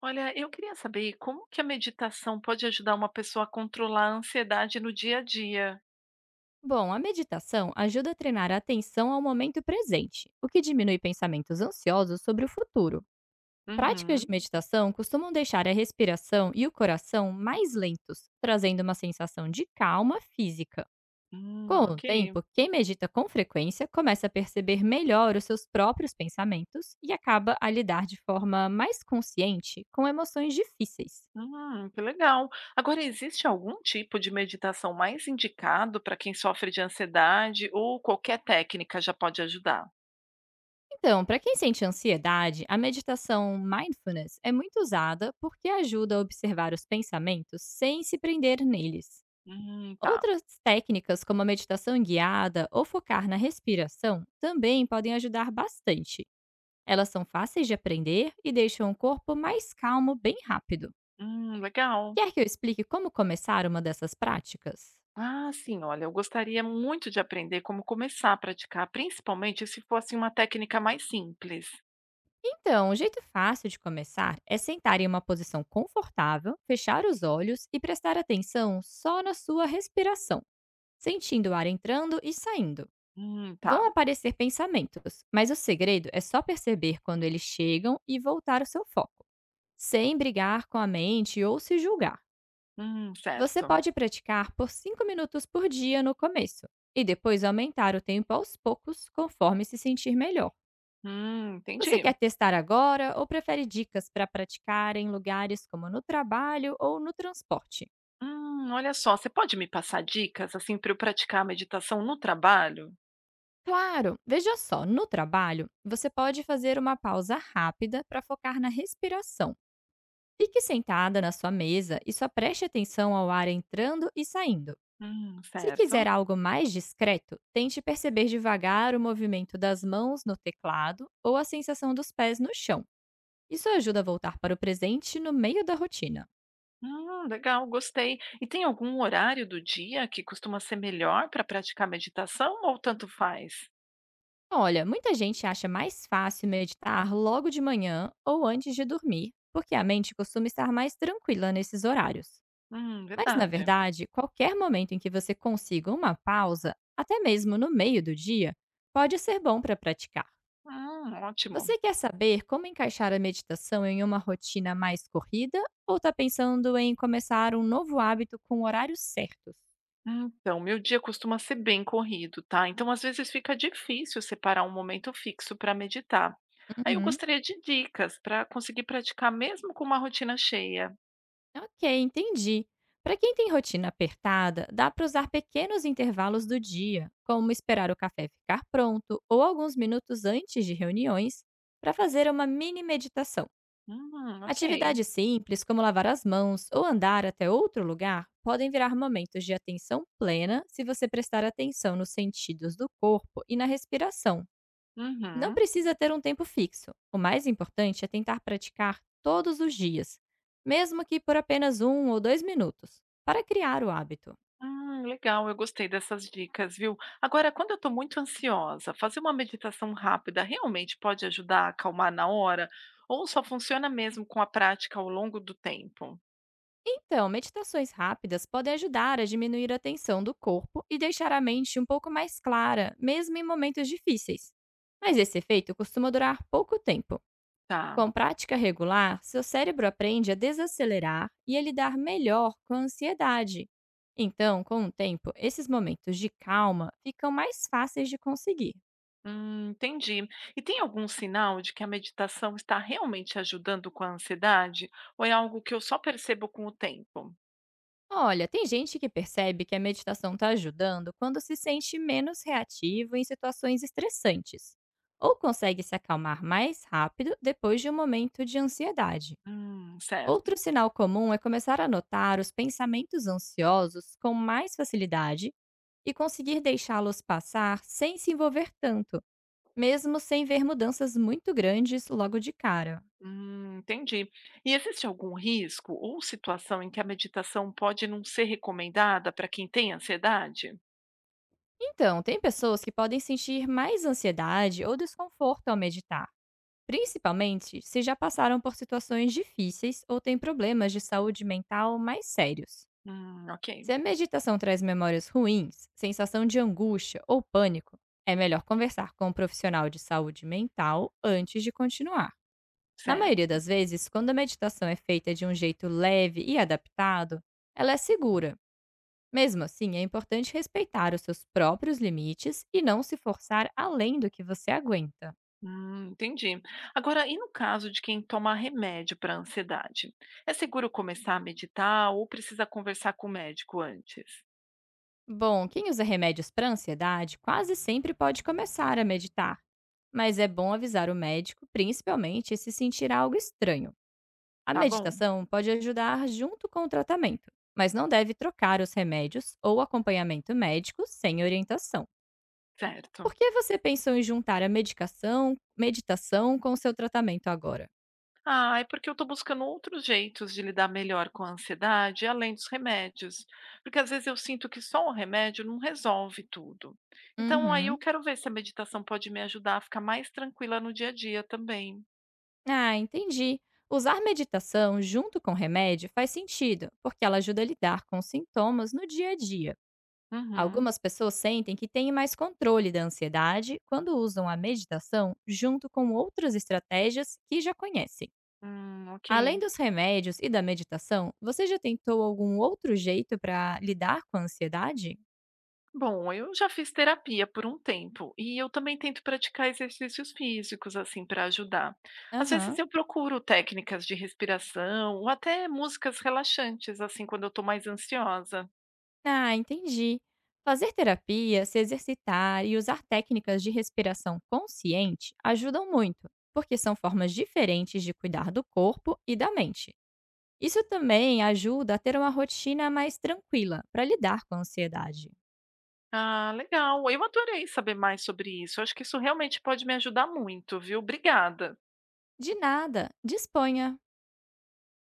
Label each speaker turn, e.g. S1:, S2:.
S1: Olha, eu queria saber como que a meditação pode ajudar uma pessoa a controlar a ansiedade no dia a dia?
S2: Bom, a meditação ajuda a treinar a atenção ao momento presente, o que diminui pensamentos ansiosos sobre o futuro. Práticas de
S1: Uhum.
S2: meditação costumam deixar a respiração e o coração mais lentos, trazendo uma sensação de calma física. Com o
S1: Ok.
S2: tempo, quem medita com frequência começa a perceber melhor os seus próprios pensamentos e acaba a lidar de forma mais consciente com emoções difíceis.
S1: Que legal. Agora, existe algum tipo de meditação mais indicado para quem sofre de ansiedade ou qualquer técnica já pode ajudar?
S2: Então, para quem sente ansiedade, a meditação mindfulness é muito usada porque ajuda a observar os pensamentos sem se prender neles.
S1: Tá.
S2: Outras técnicas, como a meditação guiada ou focar na respiração, também podem ajudar bastante. Elas são fáceis de aprender e deixam o corpo mais calmo bem rápido.
S1: Legal.
S2: Quer que eu explique como começar uma dessas práticas?
S1: Ah, sim, olha, eu gostaria muito de aprender como começar a praticar, principalmente se fosse uma técnica mais simples.
S2: Então, um jeito fácil de começar é sentar em uma posição confortável, fechar os olhos e prestar atenção só na sua respiração, sentindo o ar entrando e saindo. Vão
S1: Tá.
S2: aparecer pensamentos, mas o segredo é só perceber quando eles chegam e voltar o seu foco, sem brigar com a mente ou se julgar. Você
S1: Certo.
S2: pode praticar por 5 minutos por dia no começo e depois aumentar o tempo aos poucos conforme se sentir melhor. Você
S1: Entendi.
S2: quer testar agora ou prefere dicas para praticar em lugares como no trabalho ou no transporte?
S1: Olha só, você pode me passar dicas, assim, para eu praticar a meditação no trabalho?
S2: Claro! Veja só, no trabalho, você pode fazer uma pausa rápida para focar na respiração. Fique sentada na sua mesa e só preste atenção ao ar entrando e saindo. Se
S1: Certo.
S2: quiser algo mais discreto, tente perceber devagar o movimento das mãos no teclado ou a sensação dos pés no chão. Isso ajuda a voltar para o presente no meio da rotina.
S1: Legal, gostei. E tem algum horário do dia que costuma ser melhor para praticar meditação ou tanto faz?
S2: Olha, muita gente acha mais fácil meditar logo de manhã ou antes de dormir, porque a mente costuma estar mais tranquila nesses horários. Mas, na
S1: Verdade.
S2: verdade, qualquer momento em que você consiga uma pausa, até mesmo no meio do dia, pode ser bom para praticar.
S1: Ótimo.
S2: Você quer saber como encaixar a meditação em uma rotina mais corrida ou está pensando em começar um novo hábito com horários certos?
S1: Então, meu dia costuma ser bem corrido, tá? Então, às vezes fica difícil separar um momento fixo para meditar. Aí eu
S2: Uhum.
S1: gostaria de dicas para conseguir praticar mesmo com uma rotina cheia.
S2: Ok, entendi. Para quem tem rotina apertada, dá para usar pequenos intervalos do dia, como esperar o café ficar pronto ou alguns minutos antes de reuniões, para fazer uma mini meditação.
S1: Ok.
S2: Atividades simples, como lavar as mãos ou andar até outro lugar, podem virar momentos de atenção plena se você prestar atenção nos sentidos do corpo e na respiração. Não
S1: Uhum.
S2: precisa ter um tempo fixo. O mais importante é tentar praticar todos os dias, mesmo que por apenas um ou dois minutos, para criar o hábito.
S1: Legal, eu gostei dessas dicas, viu? Agora, quando eu estou muito ansiosa, fazer uma meditação rápida realmente pode ajudar a acalmar na hora? Ou só funciona mesmo com a prática ao longo do tempo?
S2: Então, meditações rápidas podem ajudar a diminuir a tensão do corpo e deixar a mente um pouco mais clara, mesmo em momentos difíceis. Mas esse efeito costuma durar pouco tempo.
S1: Tá,
S2: Com prática regular, seu cérebro aprende a desacelerar e a lidar melhor com a ansiedade. Então, com o tempo, esses momentos de calma ficam mais fáceis de conseguir.
S1: entendi. E tem algum sinal de que a meditação está realmente ajudando com a ansiedade? Ou é algo que eu só percebo com o tempo?
S2: Olha, tem gente que percebe que a meditação está ajudando quando se sente menos reativo em situações estressantes, ou consegue se acalmar mais rápido depois de um momento de ansiedade.
S1: Certo.
S2: Outro sinal comum é começar a notar os pensamentos ansiosos com mais facilidade e conseguir deixá-los passar sem se envolver tanto, mesmo sem ver mudanças muito grandes logo de cara.
S1: Entendi. E existe algum risco ou situação em que a meditação pode não ser recomendada para quem tem ansiedade?
S2: Então, tem pessoas que podem sentir mais ansiedade ou desconforto ao meditar, principalmente se já passaram por situações difíceis ou têm problemas de saúde mental mais sérios.
S1: Ok,
S2: Se a meditação traz memórias ruins, sensação de angústia ou pânico, é melhor conversar com um profissional de saúde mental antes de continuar. Na maioria
S1: certo.
S2: das vezes, quando a meditação é feita de um jeito leve e adaptado, ela é segura. Mesmo assim, é importante respeitar os seus próprios limites e não se forçar além do que você aguenta.
S1: Entendi. Agora, e no caso de quem toma remédio para ansiedade? É seguro começar a meditar ou precisa conversar com o médico antes?
S2: Bom, quem usa remédios para ansiedade quase sempre pode começar a meditar, mas é bom avisar o médico, principalmente se sentir algo estranho. A
S1: Tá bom,
S2: meditação pode ajudar junto com o tratamento, mas não deve trocar os remédios ou acompanhamento médico sem orientação.
S1: certo.
S2: Por que você pensou em juntar a medicação meditação com o seu tratamento agora?
S1: Ah, é porque eu estou buscando outros jeitos de lidar melhor com a ansiedade, além dos remédios. Porque às vezes eu sinto que só o remédio não resolve tudo. Então, aí eu
S2: Uhum.
S1: quero ver se a meditação pode me ajudar a ficar mais tranquila no dia a dia também.
S2: Ah, entendi. Usar meditação junto com remédio faz sentido, porque ela ajuda a lidar com os sintomas no dia a dia.
S1: Uhum.
S2: Algumas pessoas sentem que têm mais controle da ansiedade quando usam a meditação junto com outras estratégias que já conhecem.
S1: Ok.
S2: Além dos remédios e da meditação, você já tentou algum outro jeito para lidar com a ansiedade?
S1: Bom, eu já fiz terapia por um tempo e eu também tento praticar exercícios físicos assim para ajudar. Às vezes
S2: Aham.
S1: eu procuro técnicas de respiração ou até músicas relaxantes assim quando eu estou mais ansiosa.
S2: Ah, entendi. Fazer terapia, se exercitar e usar técnicas de respiração consciente ajudam muito, porque são formas diferentes de cuidar do corpo e da mente. Isso também ajuda a ter uma rotina mais tranquila para lidar com a ansiedade.
S1: Ah, legal. Eu adorei saber mais sobre isso. Acho que isso realmente pode me ajudar muito, viu? Obrigada.
S2: De nada, disponha!